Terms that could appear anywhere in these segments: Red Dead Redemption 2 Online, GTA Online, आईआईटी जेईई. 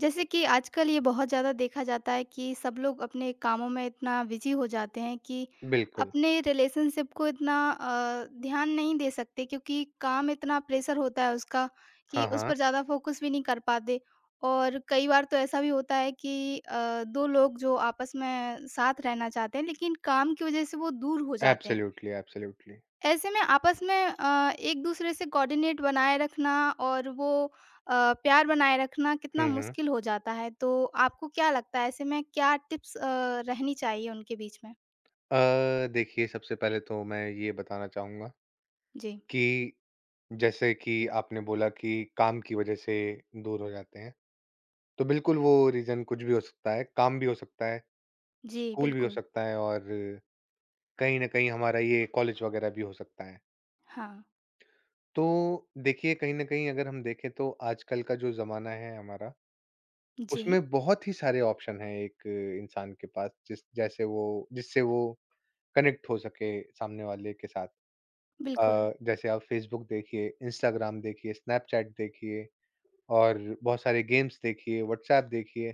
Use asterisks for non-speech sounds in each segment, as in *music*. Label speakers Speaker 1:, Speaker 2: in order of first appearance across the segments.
Speaker 1: जैसे कि आजकल ये बहुत ज़्यादा देखा जाता है कि सब लोग अपने कामों में इतना बिजी हो जाते हैं कि
Speaker 2: बिल्कुल।
Speaker 1: अपने रिलेशनशिप को इतना ध्यान नहीं दे सकते क्योंकि काम इतना प्रेशर होता है उसका कि
Speaker 2: हाँ,
Speaker 1: उस
Speaker 2: हाँ।
Speaker 1: पर ज़्यादा फोकस भी नहीं कर पाते। और कई बार तो ऐसा भी होता है कि दो लोग जो आपस में साथ रहना चाहते हैं लेकिन काम की वजह से वो दूर हो जाते हैं।
Speaker 2: Absolutely, absolutely.
Speaker 1: ऐसे में आपस में एक-दूसरे से कोऑर्डिनेट बनाए रखना और वो प्यार बनाए रखना कितना
Speaker 2: हुँ, हुँ।
Speaker 1: मुश्किल हो जाता है। तो आपको क्या लगता है ऐसे में क्या टिप्स रहनी चाहिए उनके बीच में?
Speaker 2: देखिए सबसे पहले तो मैं ये बताना चाहूँगा
Speaker 1: जी।
Speaker 2: कि जैसे कि आपने बोला कि काम की वज़ह से दूर हो जाते हैं, तो बिल्कुल वो रीज़न कुछ भी हो सकता है, काम भी हो सकता है,
Speaker 1: जी,
Speaker 2: स्कूल भी हो
Speaker 1: बिल्कुल।
Speaker 2: सकता है और कहीं न कहीं हमारा ये कॉलेज वग़ैरह भी हो सकता है।
Speaker 1: हाँ।
Speaker 2: तो देखिए कहीं न कहीं अगर हम देखें तो आजकल का जो ज़माना है हमारा,
Speaker 1: जी,
Speaker 2: उसमें बहुत ही सारे ऑप्शन हैं एक इंसान के पास जिससे वो कनेक्ट हो सके सामने वाले के साथ।
Speaker 1: बिल्कुल।
Speaker 2: जैसे आप फ़ेसबुक देखिए, इंस्टाग्राम देखिए, स्नैपचैट देखिए और बहुत सारे गेम्स देखिए,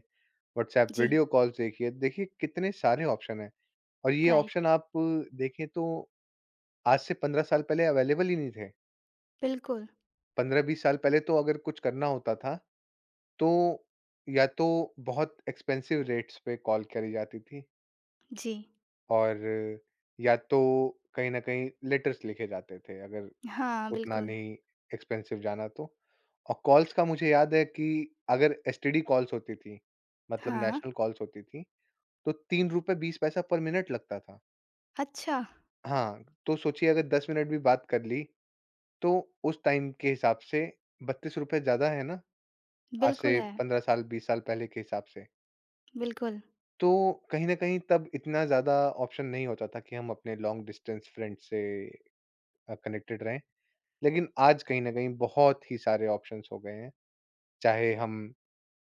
Speaker 2: व्हाट्सऐप
Speaker 1: जी,
Speaker 2: वीडियो कॉल्स देखिए। देखिए कितने सारे ऑप्शन हैं और ये
Speaker 1: राइट।
Speaker 2: ऑप्शन आप देखें तो आज से 15 साल पहले अवेलेबल ही नहीं थे।
Speaker 1: बिल्कुल।
Speaker 2: 15-20 साल पहले तो अगर कुछ करना होता था तो या तो बहुत एक्सपेंसिव रेट्स पे कॉल करी जाती थी
Speaker 1: जी।
Speaker 2: और या तो कहीं न कहीं लेटर्स लिखे जाते थे अगर
Speaker 1: हाँ,
Speaker 2: उतना
Speaker 1: बिल्कुल।
Speaker 2: नहीं एक्सपेंसिव जाना तो। और कॉल्स का मुझे याद है कि अगर एसटीडी कॉल्स होती थी, मतलब
Speaker 1: हाँ।
Speaker 2: नेशनल कॉल्स होती थी, तो ₹3.20 पर मिनट लगता था।
Speaker 1: अच्छा,
Speaker 2: हाँ, तो सोचिए अगर 10 मिनट भी बात कर ली, तो उस टाइम के हिसाब से ₹32 ज़्यादा है ना, आज
Speaker 1: बिल्कुल
Speaker 2: से
Speaker 1: है।
Speaker 2: 15 साल, 20 साल पहले के हिसाब से।
Speaker 1: बिल्कुल।
Speaker 2: तो कहीं न कहीं तब इतना ज़्यादा ऑप्शन नहीं होता था कि हम अपने लॉन्ग डिस्टेंस फ्रेंड से कनेक्टेड रहें। लेकिन आज कहीं न कहीं बहुत ही सारे ऑप्शंस हो गए हैं, चाहे हम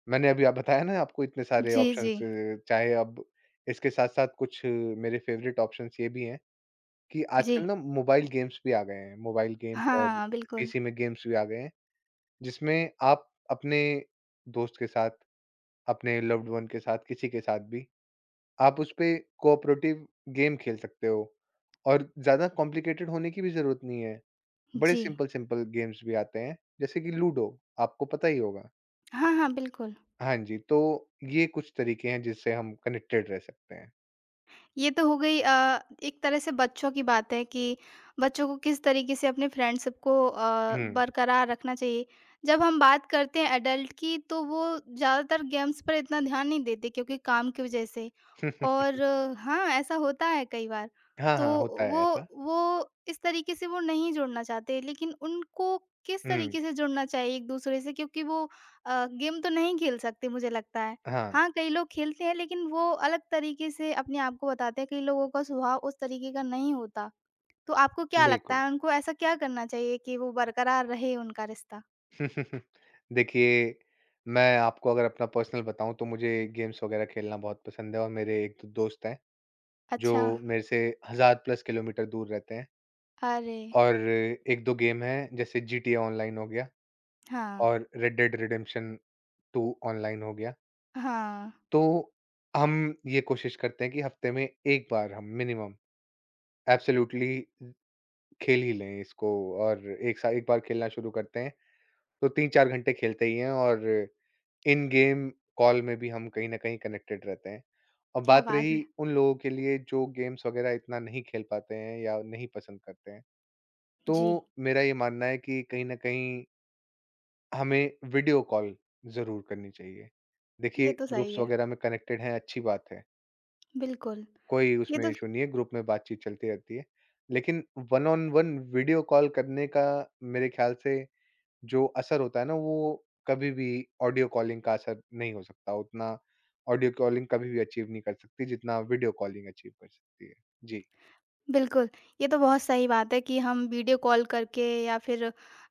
Speaker 2: मैंने अभी आप बताया ना आपको इतने सारे
Speaker 1: जी, जी।
Speaker 2: ऑप्शंस चाहे अब इसके साथ-साथ कुछ मेरे फेवरेट ऑप्शंस ये भी हैं कि
Speaker 1: जी।
Speaker 2: आजकल ना मोबाइल गेम्स भी आ गए हैं। मोबाइल गेम्स और
Speaker 1: हाँ, बिल्कुल।
Speaker 2: पीसी में गेम्स भी आ गए हैं, जिसमें आप अपने दोस्त के साथ, अपने लव्ड वन के साथ, किसी के साथ भी आप उसपे कोऑपरेटिव गेम खेल सकते हो और ज़्यादा कॉम्प्लिकेटेड होने की भी ज़रूरत नहीं है। बड़े
Speaker 1: जी।
Speaker 2: सिंपल-सिंपल गेम्स भी आते हैं, जैसे कि लूडो, आपको पता ही होगा।
Speaker 1: हाँ, हाँ, बिल्कुल।
Speaker 2: हाँ जी, तो ये कुछ तरीके हैं जिससे हम कनेक्टेड रह सकते हैं।
Speaker 1: ये तो हो गई एक तरह से बच्चों की बात है कि बच्चों को किस तरीके से अपने फ्रेंडशिप को
Speaker 2: हुँ।
Speaker 1: बरकरार रखना चाहिए। जब हम बात करते हैं एडल्ट की तो वो ज़्यादातर गेम्स पर इतना ध्यान नहीं देते क्योंकि काम की वजह से और
Speaker 2: *laughs*
Speaker 1: हाँ, ऐसा होता है कई बार।
Speaker 2: हाँ,
Speaker 1: तो
Speaker 2: हाँ, होता
Speaker 1: वो
Speaker 2: है ऐसा।
Speaker 1: वो इस तरीके से वो नहीं जुड़ना चाहते लेकिन उनको किस
Speaker 2: हुँ,
Speaker 1: तरीके से जुड़ना चाहिए एक-दूसरे से क्योंकि वो गेम तो नहीं खेल सकते मुझे लगता है।
Speaker 2: हाँ,
Speaker 1: हाँ, कई लोग खेलते हैं लेकिन वो अलग तरीके से अपने आप को बताते हैं, कई लोगों का स्वभाव उस तरीके का नहीं होता। तो आपको क्या लगता
Speaker 2: बिल्कुल।
Speaker 1: है उनको ऐसा क्या करना चाहिए कि वो बरकरार रहे उनका रिश्ता?
Speaker 2: *laughs* देखिए, मैं आपको अगर अपना पर्सनल बताऊँ तो मुझे गेम्स वगैरह खेलना बहुत पसंद है और मेरे एक दो दोस्त हैं, जो
Speaker 1: अच्छा,
Speaker 2: मेरे से 1000 प्लस किलोमीटर दूर रहते हैं
Speaker 1: अरे!
Speaker 2: और 1-2 गेम हैं जैसे जीटीए ऑनलाइन हो गया
Speaker 1: हाँ,
Speaker 2: और रेड डेड रिडेम्पशन 2 ऑनलाइन हो गया।
Speaker 1: हाँ,
Speaker 2: तो हम ये कोशिश करते हैं कि हफ्ते में 1 बार हम मिनिमम एब्सोल्यूटली खेल ही लें इसको और एक बार खेलना शुरू करते हैं तो 3-4 घंटे खेलते ही हैं और इन गेम कॉल में भी हम कहीं न कहीं कनेक्टेड रहते हैं। और
Speaker 1: क्या
Speaker 2: बात
Speaker 1: बात है।
Speaker 2: रही उन लोगों के लिए जो गेम्स वगैरह इतना नहीं खेल पाते हैं या नहीं पसंद करते हैं,
Speaker 1: जी,
Speaker 2: तो मेरा ये मानना है कि कहीं न कहीं हमें वीडियो कॉल ज़रूर करनी चाहिए।
Speaker 1: ये
Speaker 2: देखिए
Speaker 1: तो सही
Speaker 2: ग्रुप्स
Speaker 1: है,
Speaker 2: वगैरह में कनेक्टेड हैं अच्छी बात है।
Speaker 1: बिल्कुल।
Speaker 2: कोई
Speaker 1: ये
Speaker 2: उसमें
Speaker 1: तो
Speaker 2: इश्यू नहीं है, ग्रुप में बातचीत चलती रहती है। लेकिन one on one video call करने का मेरे ख़्याल से जो असर होता है ना, वो कभी भी ऑडियो कॉलिंग का असर नहीं हो सकता। उतना ऑडियो कॉलिंग कभी भी अचीव नहीं कर सकती, जितना वीडियो कॉलिंग अचीव कर सकती है। जी।
Speaker 1: बिल्कुल, ये तो बहुत सही बात है कि हम वीडियो कॉल करके या फिर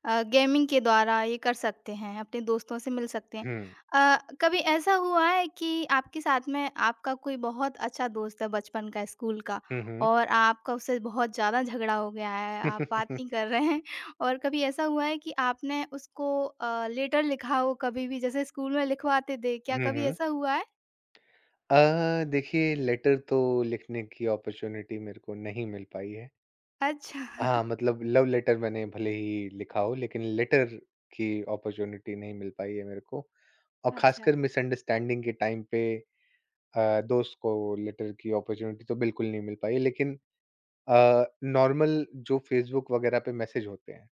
Speaker 1: गेमिंग के द्वारा ये कर सकते हैं, अपने दोस्तों से मिल सकते हैं।
Speaker 2: हुँ।
Speaker 1: कभी ऐसा हुआ है कि आपके साथ में आपका कोई बहुत अच्छा दोस्त है बचपन का, स्कूल का
Speaker 2: हुँ, हुँ।
Speaker 1: और आपका उससे बहुत ज़्यादा झगड़ा हो गया है, आप बात नहीं कर रहे हैं *laughs* और कभी ऐसा हुआ है कि आपने उसको लेटर लिखा हो कभी भी जैसे स्कूल में लिखवाते थे, क्या
Speaker 2: हुँ,
Speaker 1: कभी
Speaker 2: हुँ।
Speaker 1: ऐसा हुआ है?
Speaker 2: देखिए लेटर तो लिखने की अपॉर्च्युनिटी मेरे को नहीं मिल पाई है।
Speaker 1: अच्छा, *laughs*
Speaker 2: हाँ, मतलब लव लेटर मैंने भले ही लिखा हो, लेकिन लेटर की अपॉर्च्युनिटी नहीं मिल पाई है मेरे को। और
Speaker 1: अच्छा,
Speaker 2: ख़ासकर मिसअंडरस्टैंडिंग के टाइम पे दोस्त को लेटर की अपॉर्च्युनिटी तो बिल्कुल नहीं मिल पाई। लेकिन नॉर्मल जो फ़ेसबुक वग़ैरह पे मैसेज होते हैं,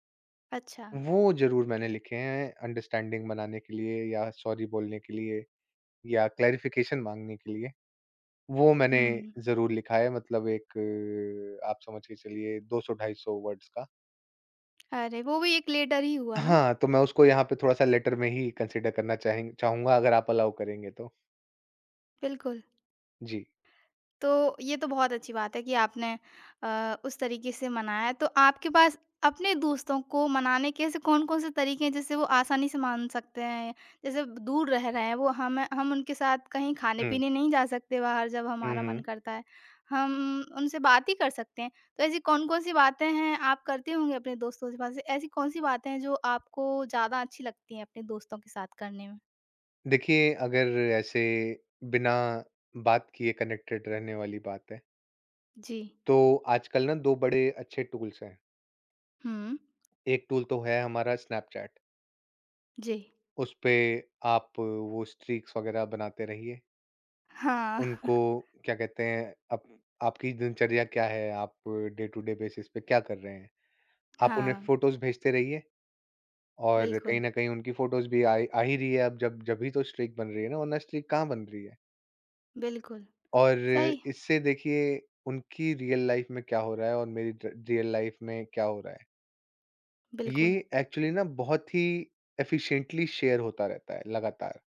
Speaker 1: अच्छा।
Speaker 2: वो ज़रूर मैंने लिखे हैं अंडरस्टैंडिंग बनाने के लिए या सॉरी बोलने के लिए या क्लैरिफ़िकेशन माँगने के लिए। वो मैंने
Speaker 1: हुँ।
Speaker 2: ज़रूर लिखा है मतलब एक आप समझ के चलिए 200-250 वर्ड्स का।
Speaker 1: अरे! वो भी एक लेटर ही हुआ ना,
Speaker 2: हाँ, तो मैं उसको यहाँ पे थोड़ा-सा लेटर में ही कंसीडर करना चाहें चाहूँगा अगर आप अलाउ करेंगे तो।
Speaker 1: बिल्कुल।
Speaker 2: जी।
Speaker 1: तो ये तो बहुत अच्छी बात है कि आपने उस तरीके से मनाया। तो आपके पास अपने दोस्तों को मनाने के ऐसे कौन-कौन से तरीके हैं जिससे वो आसानी से मान सकते हैं? जैसे दूर रह रहे हैं वो हम उनके साथ कहीं
Speaker 2: हुँ।
Speaker 1: खाने-पीने नहीं जा सकते बाहर जब
Speaker 2: हुँ,
Speaker 1: हमारा मन
Speaker 2: हुँ।
Speaker 1: करता है। हम उनसे बात ही कर सकते हैं। तो ऐसी कौन-कौन सी बातें हैं आप करते होंगे अपने दोस्तों के पास? ऐसी कौन-सी बातें हैं जो आपको ज़्यादा अच्छी लगती हैं अपने दोस्तों के साथ करने में?
Speaker 2: देखिए अगर ऐसे बिना बात किए कनेक्टेड रहने वाली बात है,
Speaker 1: जी।
Speaker 2: तो आजकल ना 2 बड़े अच्छे टूल्स हैं।
Speaker 1: हुँ।
Speaker 2: एक टूल तो है हमारा स्नैपचैट,
Speaker 1: जी।
Speaker 2: उस पे आप वो स्ट्रीक्स वग़ैरह बनाते रहिए।
Speaker 1: हाँ, *laughs*
Speaker 2: उनको क्या कहते हैं आप आपकी दिनचर्या क्या है, आप डे टू डे बेसिस पे क्या कर रहे हैं, आप उन्हें
Speaker 1: हाँ,
Speaker 2: फ़ोटोज़ भेजते रहिए और
Speaker 1: बिल्कुल,
Speaker 2: कहीं न कहीं उनकी फ़ोटोज़ भी आ आ ही रही है अब जब जब ही तो स्ट्रीक बन रही है ना, वरना स्ट्रीक कहाँ बन रही है?
Speaker 1: बिल्कुल,
Speaker 2: और
Speaker 1: सही,
Speaker 2: इससे देखिए उनकी रियल लाइफ़ में क्या हो रहा है और मेरी र रियल लाइफ़ में क्या हो रहा है, ये
Speaker 1: बिल्कुल।
Speaker 2: एक्चुअली ना बहुत ही एफ़िशिएंटली शेयर होता रहता है लगातार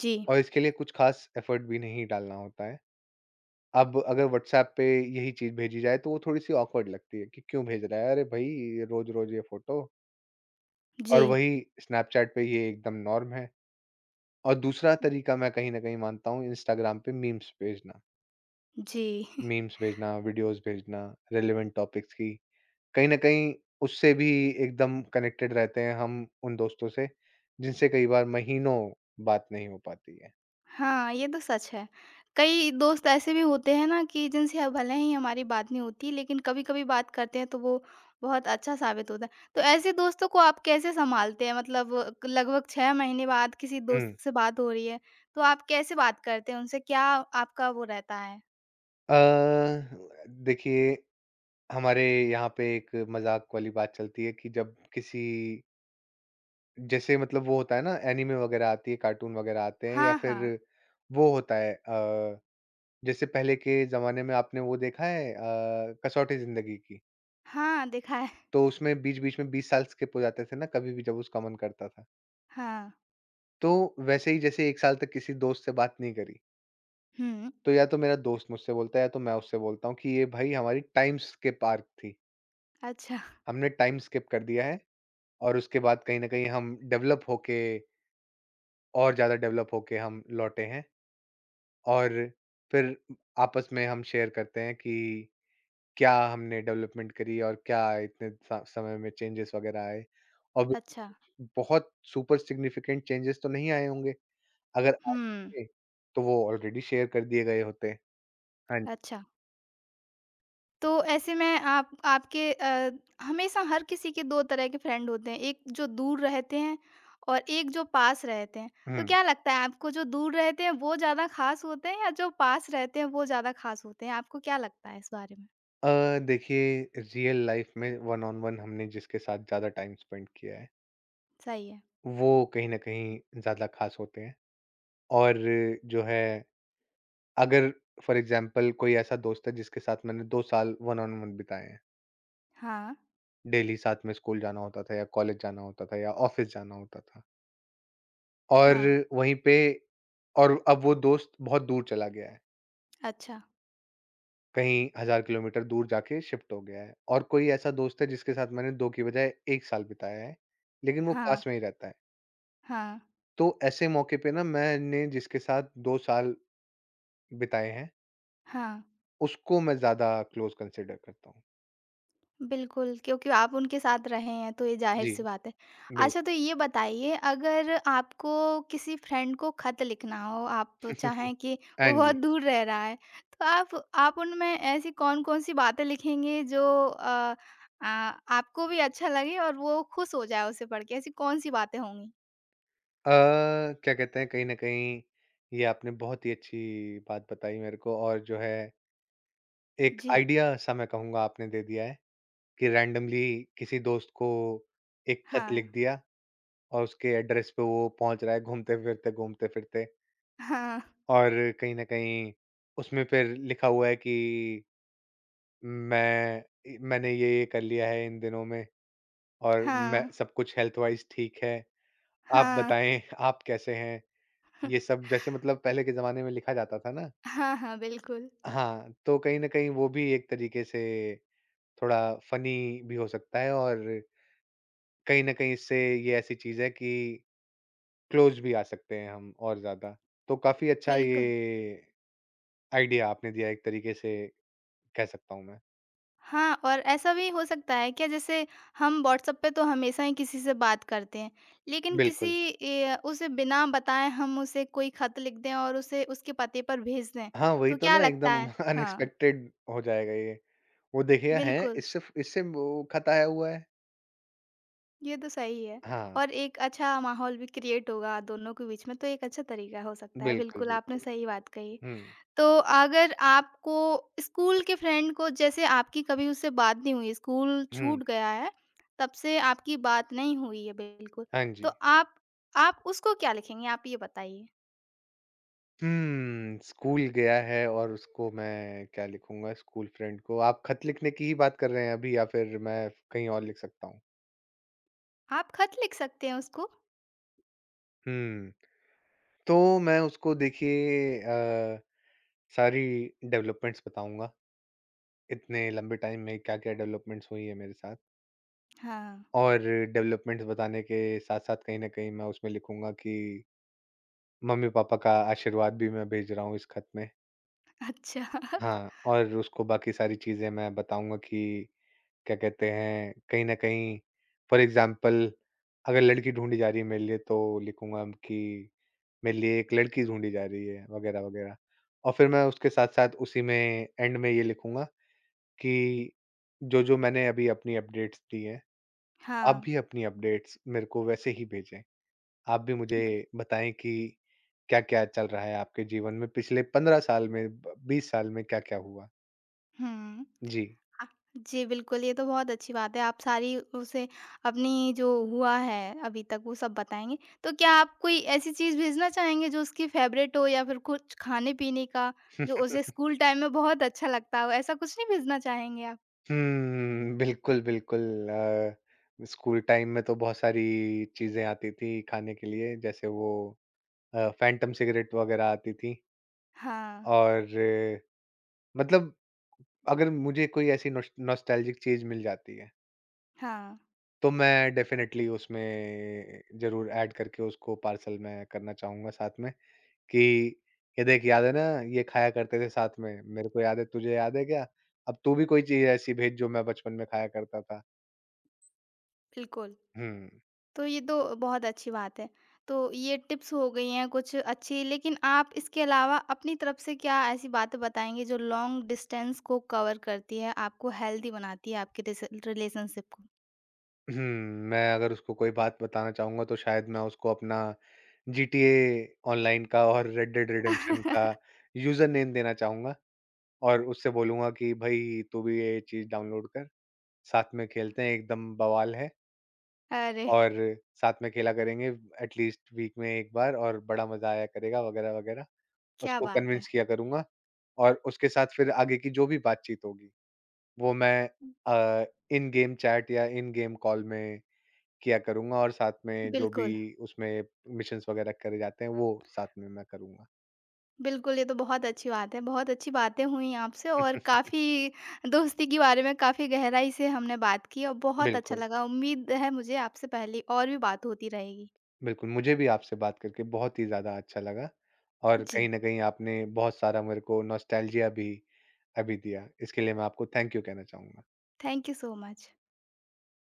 Speaker 1: जी,
Speaker 2: और इसके लिए कुछ ख़ास एफ़र्ट भी नहीं डालना होता है। अब अगर व्हाट्सएप पे यही चीज़ भेजी जाए तो वो थोड़ी-सी ऑकवर्ड लगती है कि क्यों भेज रहा है? अरे भई, रोज़-रोज़ ये फ़ोटो
Speaker 1: जी,
Speaker 2: और वही स्नैपचैट पे ये एकदम नॉर्म है। और दूसरा तरीका मैं कहीं न कहीं मानता हूँ इंस्टाग्राम पे मीम्स भेजना।
Speaker 1: जी। *laughs*
Speaker 2: मीम्स भेजना, वीडियोज़ भेजना, रेलेवेंट टॉपिक्स की। कहीं न कहीं उससे भी एकदम कनेक्टेड रहते हैं हम उन दोस्तों से, जिनसे कई बार महीनों बात नहीं हो पाती है।
Speaker 1: हाँ, ये तो सच है। कई दोस्त ऐसे भी होते हैं ना कि जिनसे अब भले ही हमारी बात नहीं होती, लेकिन कभी-कभी बात करते हैं तो वो बहुत अच्छा साबित होता है। तो ऐसे दोस्तों को आप कैसे सँभालते हैं? मतलब लगभग 6 महीने बाद किसी
Speaker 2: हुँ।
Speaker 1: दोस्त से बात हो रही है, तो आप कैसे बात करते हैं उनसे? क्या आपका वो रहता है?
Speaker 2: अ, देखिए हमारे यहाँ पे एक मज़ाक वाली बात चलती है कि जब किसी जैसे मतलब वो होता है ना एनीमे वगैरह आती है, कार्टून वगैरह आते हैं या
Speaker 1: हाँ,
Speaker 2: फिर
Speaker 1: हाँ।
Speaker 2: वो होता है जैसे पहले के ज़माने में आपने वो देखा है कसौटी ज़िंदगी की?
Speaker 1: हाँ, देखा है।
Speaker 2: तो उसमें बीच-बीच में 20 साल स्किप हो जाते थे ना कभी भी जब उसका मन करता था।
Speaker 1: हाँ।
Speaker 2: तो वैसे ही जैसे 1 साल तक किसी दोस्त से बात नहीं करी,
Speaker 1: हुँ।
Speaker 2: तो या तो मेरा दोस्त मुझसे बोलता है या तो मैं उससे बोलता हूँ कि ये भाई हमारी टाइम स्किप आर्क थी।
Speaker 1: अच्छा,
Speaker 2: हमने टाइम स्किप कर दिया है और उसके बाद कहीं न कहीं हम डेवलप होके और ज़्यादा डेवलप होके हम लौटे हैं और फिर आपस में हम शेयर करते हैं कि क्या हमने डेवलपमेंट करी और क्या इतने सा समय में चेंजेस वगैरह आए। और बिल्कुल
Speaker 1: अच्छा।
Speaker 2: कुछ बहुत सुपर सिग्निफिकेंट चेंजेस तो नहीं आए होंगे, अगर आए
Speaker 1: हुँ,
Speaker 2: होते तो वो ऑलरेडी शेयर कर दिए गए होते। हाँ जी।
Speaker 1: अच्छा। तो ऐसे में आप आपके हमेशा हर किसी के 2 तरह के फ्रेंड होते हैं, एक जो दूर रहते हैं और एक जो पास रहते हैं। तो
Speaker 2: हुँ।
Speaker 1: क्या लगता है आपको जो दूर रहते हैं वो ज़्यादा ख़ास होते हैं या जो पास रहते हैं वो ज़्यादा ख़ास होते हैं? आपको क्या लगता है इस बारे में?
Speaker 2: देखिए रियल लाइफ़ में वन ऑन वन हमने जिसके साथ ज़्यादा टाइम स्पेंड किया है,
Speaker 1: सही है।
Speaker 2: वो कहीं न कहीं ज़्यादा ख़ास होते हैं। और जो है अगर फॉर एग्ज़ाम्पल कोई ऐसा दोस्त है जिसके साथ मैंने 2 साल वन ऑन वन बिताए हैं।
Speaker 1: हाँ,
Speaker 2: डेली साथ में स्कूल जाना होता था या कॉलेज जाना होता था या ऑफिस जाना होता था। और
Speaker 1: हाँ,
Speaker 2: वहीं पे और अब वो दोस्त बहुत दूर चला गया है।
Speaker 1: अच्छा।
Speaker 2: कहीं हज़ार किलोमीटर दूर जाके शिफ्ट हो गया है और कोई ऐसा दोस्त है जिसके साथ मैंने 2 की बजाय 1 साल बिताया है, लेकिन वो
Speaker 1: हाँ,
Speaker 2: पास में ही रहता है।
Speaker 1: हाँ,
Speaker 2: तो ऐसे मौके पे ना मैंने जिसके साथ 2 साल बिताए हैं,
Speaker 1: हाँ।
Speaker 2: उसको मैं ज़्यादा क्लोज़ कंसीडर करता हूँ।
Speaker 1: बिल्कुल, क्योंकि आप उनके साथ रहे हैं तो ये ज़ाहिर-सी
Speaker 2: जी,
Speaker 1: बात है। अच्छा तो ये बताइए अगर आपको किसी फ्रेंड को खत लिखना हो, आप
Speaker 2: बिल्कुल।
Speaker 1: चाहें कि
Speaker 2: *laughs* हाँ
Speaker 1: वो बहुत
Speaker 2: जी।
Speaker 1: दूर रह रहा है, तो आप उनमें ऐसी कौन-कौन सी बातें लिखेंगे जो आपको भी अच्छा लगे और वो खुश हो जाए उसे पढ़ के, ऐसी कौन-सी बातें होंगी?
Speaker 2: अ, क्या कहते हैं कहीं न कहीं ये आपने बहुत ही अच्छी बात बताई मेरे को और जो है एक
Speaker 1: जी।
Speaker 2: आइडिया सा मैं कहूँगा आपने दे दिया है कि रैंडमली किसी दोस्त को एक खत
Speaker 1: हाँ,
Speaker 2: लिख दिया और उसके एड्रेस पे वो पहुँच रहा है घूमते-फिरते, घूमते-फिरते
Speaker 1: हाँ,
Speaker 2: और कहीं न कहीं उसमें फिर लिखा हुआ है कि मैंने ये-ये कर लिया है इन दिनों में और मैं
Speaker 1: हाँ,
Speaker 2: सब कुछ हेल्थ वाइज़ ठीक है। आप
Speaker 1: हाँ,
Speaker 2: बताएँ *laughs* आप कैसे हैं? ये सब जैसे मतलब पहले के ज़माने में लिखा जाता था ना?
Speaker 1: हाँ, हाँ, बिल्कुल,
Speaker 2: हाँ, तो कहीं न कहीं वो भी एक तरीके से थोड़ा फ़नी भी हो सकता है और कहीं न कहीं इससे ये ऐसी चीज़ है कि क्लोज़ भी आ सकते हैं हम और ज़्यादा। तो काफ़ी अच्छा ये
Speaker 1: बिल्कुल।
Speaker 2: आइडिया आपने दिया एक तरीके से कह सकता हूँ मैं।
Speaker 1: हाँ, और ऐसा भी हो सकता है क्या जैसे हम व्हाट्सएप पे तो हमेशा ही किसी से बात करते हैं, लेकिन किसी
Speaker 2: बिल्कुल।
Speaker 1: उसे बिना बताए हम उसे कोई ख़त लिख दें और उसे उसके पते पर भेज दें,
Speaker 2: हाँ, वही
Speaker 1: तो
Speaker 2: तो
Speaker 1: क्या
Speaker 2: ना
Speaker 1: लगता
Speaker 2: एकदम
Speaker 1: है?
Speaker 2: *laughs*
Speaker 1: हाँ,
Speaker 2: अनएक्सपेक्टेड हो जाएगा ये। वो देखेगा हैं
Speaker 1: बिल्कुल,
Speaker 2: इससे वो खत आया हुआ है।
Speaker 1: ये तो सही है
Speaker 2: हाँ,
Speaker 1: और एक अच्छा माहौल भी क्रिएट होगा दोनों के बीच में, तो एक अच्छा तरीका हो सकता है।
Speaker 2: बिल्कुल,
Speaker 1: बिल्कुल, आपने
Speaker 2: बिल्कुल।
Speaker 1: सही बात कही।
Speaker 2: हुँ,
Speaker 1: तो अगर आपको स्कूल के फ्रेंड को जैसे आपकी कभी उससे बात नहीं हुई, स्कूल
Speaker 2: हुँ।
Speaker 1: छूट गया है, तब से आपकी बात नहीं हुई है बिल्कुल,
Speaker 2: हाँ
Speaker 1: तो
Speaker 2: जी।
Speaker 1: आप उसको क्या लिखेंगे? आप ये बताइए।
Speaker 2: हुँ, स्कूल गया है और उसको मैं क्या लिखूँगा स्कूल फ्रेंड को? आप खत लिखने की ही बात कर रहे हैं अभी या फिर मैं कहीं और लिख सकता हूँ?
Speaker 1: आप खत लिख सकते हैं उसको।
Speaker 2: हुँ, तो मैं उसको देखिए सारी डेवलपमेंट्स बताऊँगा, इतने लंबे टाइम में क्या-क्या डेवलपमेंट्स हुई है मेरे साथ।
Speaker 1: हाँ,
Speaker 2: और डेवलपमेंट्स बताने के साथ-साथ कहीं न कहीं मैं उसमें लिखूँगा कि मम्मी-पापा का आशीर्वाद भी मैं भेज रहा हूँ इस खत में।
Speaker 1: अच्छा। *laughs*
Speaker 2: हाँ, और उसको बाकी सारी चीज़ें मैं बताऊँगा कि क्या कहते हैं, कहीं न कहीं फॉर एग्ज़ाम्पल अगर लड़की ढूँढी जा रही है मेरे लिए तो लिखूँगा कि मेरे लिए एक लड़की ढूँढी जा रही है, वग़ैरह-वग़ैरह। और फिर मैं उसके साथ-साथ उसी में एंड में ये लिखूँगा कि जो-जो मैंने अभी अपनी अपडेट्स दी हैं, आप
Speaker 1: हाँ,
Speaker 2: भी अपनी अपडेट्स मेरे को वैसे ही भेजें। आप भी मुझे
Speaker 1: ब
Speaker 2: बताएँ कि क्या-क्या चल रहा है आपके जीवन में पिछले 15 साल में, ब 20 साल में क्या-क्या हुआ?
Speaker 1: हुँ।
Speaker 2: जी।
Speaker 1: अ, जी, बिल्कुल, ये तो बहुत अच्छी बात है, आप सारी उसे अपनी जो हुआ है अभी तक, वो सब बताएँगे। तो क्या आप कोई ऐसी चीज़ भेजना चाहेंगे, जो उसकी फ़ेवरेट हो या फिर कुछ खाने-पीने का, जो
Speaker 2: *laughs*
Speaker 1: उसे स्कूल टाइम में बहुत अच्छा लगता हो? ऐसा कुछ नहीं भेजना चाहेंगे आप?
Speaker 2: हुँ, बिल्कुल, बिल्कुल। स्कूल टाइम में तो बहुत सारी चीज़ें आती थी खाने के लिए, जैसे वो फैंटम सिगरेट वगैरह आती थी
Speaker 1: हाँ,
Speaker 2: और मतलब अगर मुझे कोई ऐसी नॉस्टैल्जिक चीज़ मिल जाती है,
Speaker 1: हाँ,
Speaker 2: तो मैं डेफ़िनेटली उसमें ज़रूर ऐड करके उसको पार्सल में करना चाहूँगा साथ में कि, "ये देख याद है ना, ये खाया करते थे साथ में, मेरे को याद है, तुझे याद है क्या? अब तू भी कोई चीज़ ऐसी भेज जो मैं बचपन में खाया करता था।"
Speaker 1: बिल्कुल।
Speaker 2: हुँ।
Speaker 1: तो ये तो बहुत अच्छी बात है। तो ये टिप्स हो गई हैं कुछ अच्छी, लेकिन आप इसके अलावा अपनी तरफ से क्या ऐसी बातें बताएँगे जो लॉन्ग डिस्टेंस को कवर करती है, आपको हेल्दी बनाती है आपके रिस रिलेशनशिप को?
Speaker 2: हुँ, मैं अगर उसको कोई बात बताना चाहूँगा तो शायद मैं उसको अपना जीटीए ऑनलाइन का और रेड डेड रिडेम्पशन का
Speaker 1: *laughs*
Speaker 2: यूज़र नेम देना चाहूँगा और उससे बोलूँगा कि भई तू भी ये चीज़ डाउनलोड कर, साथ में खेलते हैं एकदम बवाल है
Speaker 1: अरे!
Speaker 2: और साथ में खेला करेंगे एटलीस्ट वीक में 1 बार और बड़ा मज़ा आया करेगा वग़ैरह-वग़ैरह।
Speaker 1: क्या
Speaker 2: उसको
Speaker 1: बात है।
Speaker 2: कन्विंस किया करूँगा और उसके साथ फिर आगे की जो भी बातचीत होगी वो मैं अ, इन गेम चैट या इन गेम कॉल में किया करूँगा और साथ में जो भी
Speaker 1: बिल्कुल,
Speaker 2: उसमें मिशंस वगैरह करे जाते हैं, वो साथ में मैं करूँगा।
Speaker 1: बिल्कुल, ये तो बहुत अच्छी बात है। बहुत अच्छी बातें हुई आपसे और
Speaker 2: *laughs*
Speaker 1: काफ़ी दोस्ती के बारे में काफ़ी गहराई से हमने बात की और बहुत अच्छा
Speaker 2: बिल्कुल,
Speaker 1: लगा। उम्मीद है मुझे आपसे पहले और भी बात होती रहेगी।
Speaker 2: बिल्कुल। मुझे भी आपसे बात करके बहुत ही ज़्यादा अच्छा लगा और कहीं
Speaker 1: जी,
Speaker 2: न कहीं आपने बहुत सारा मेरे को नॉस्टैल्जिया भी अभी दिया। इसके लिए मैं आपको थैंक यू कहना चाहूँगा।
Speaker 1: Thank you so much.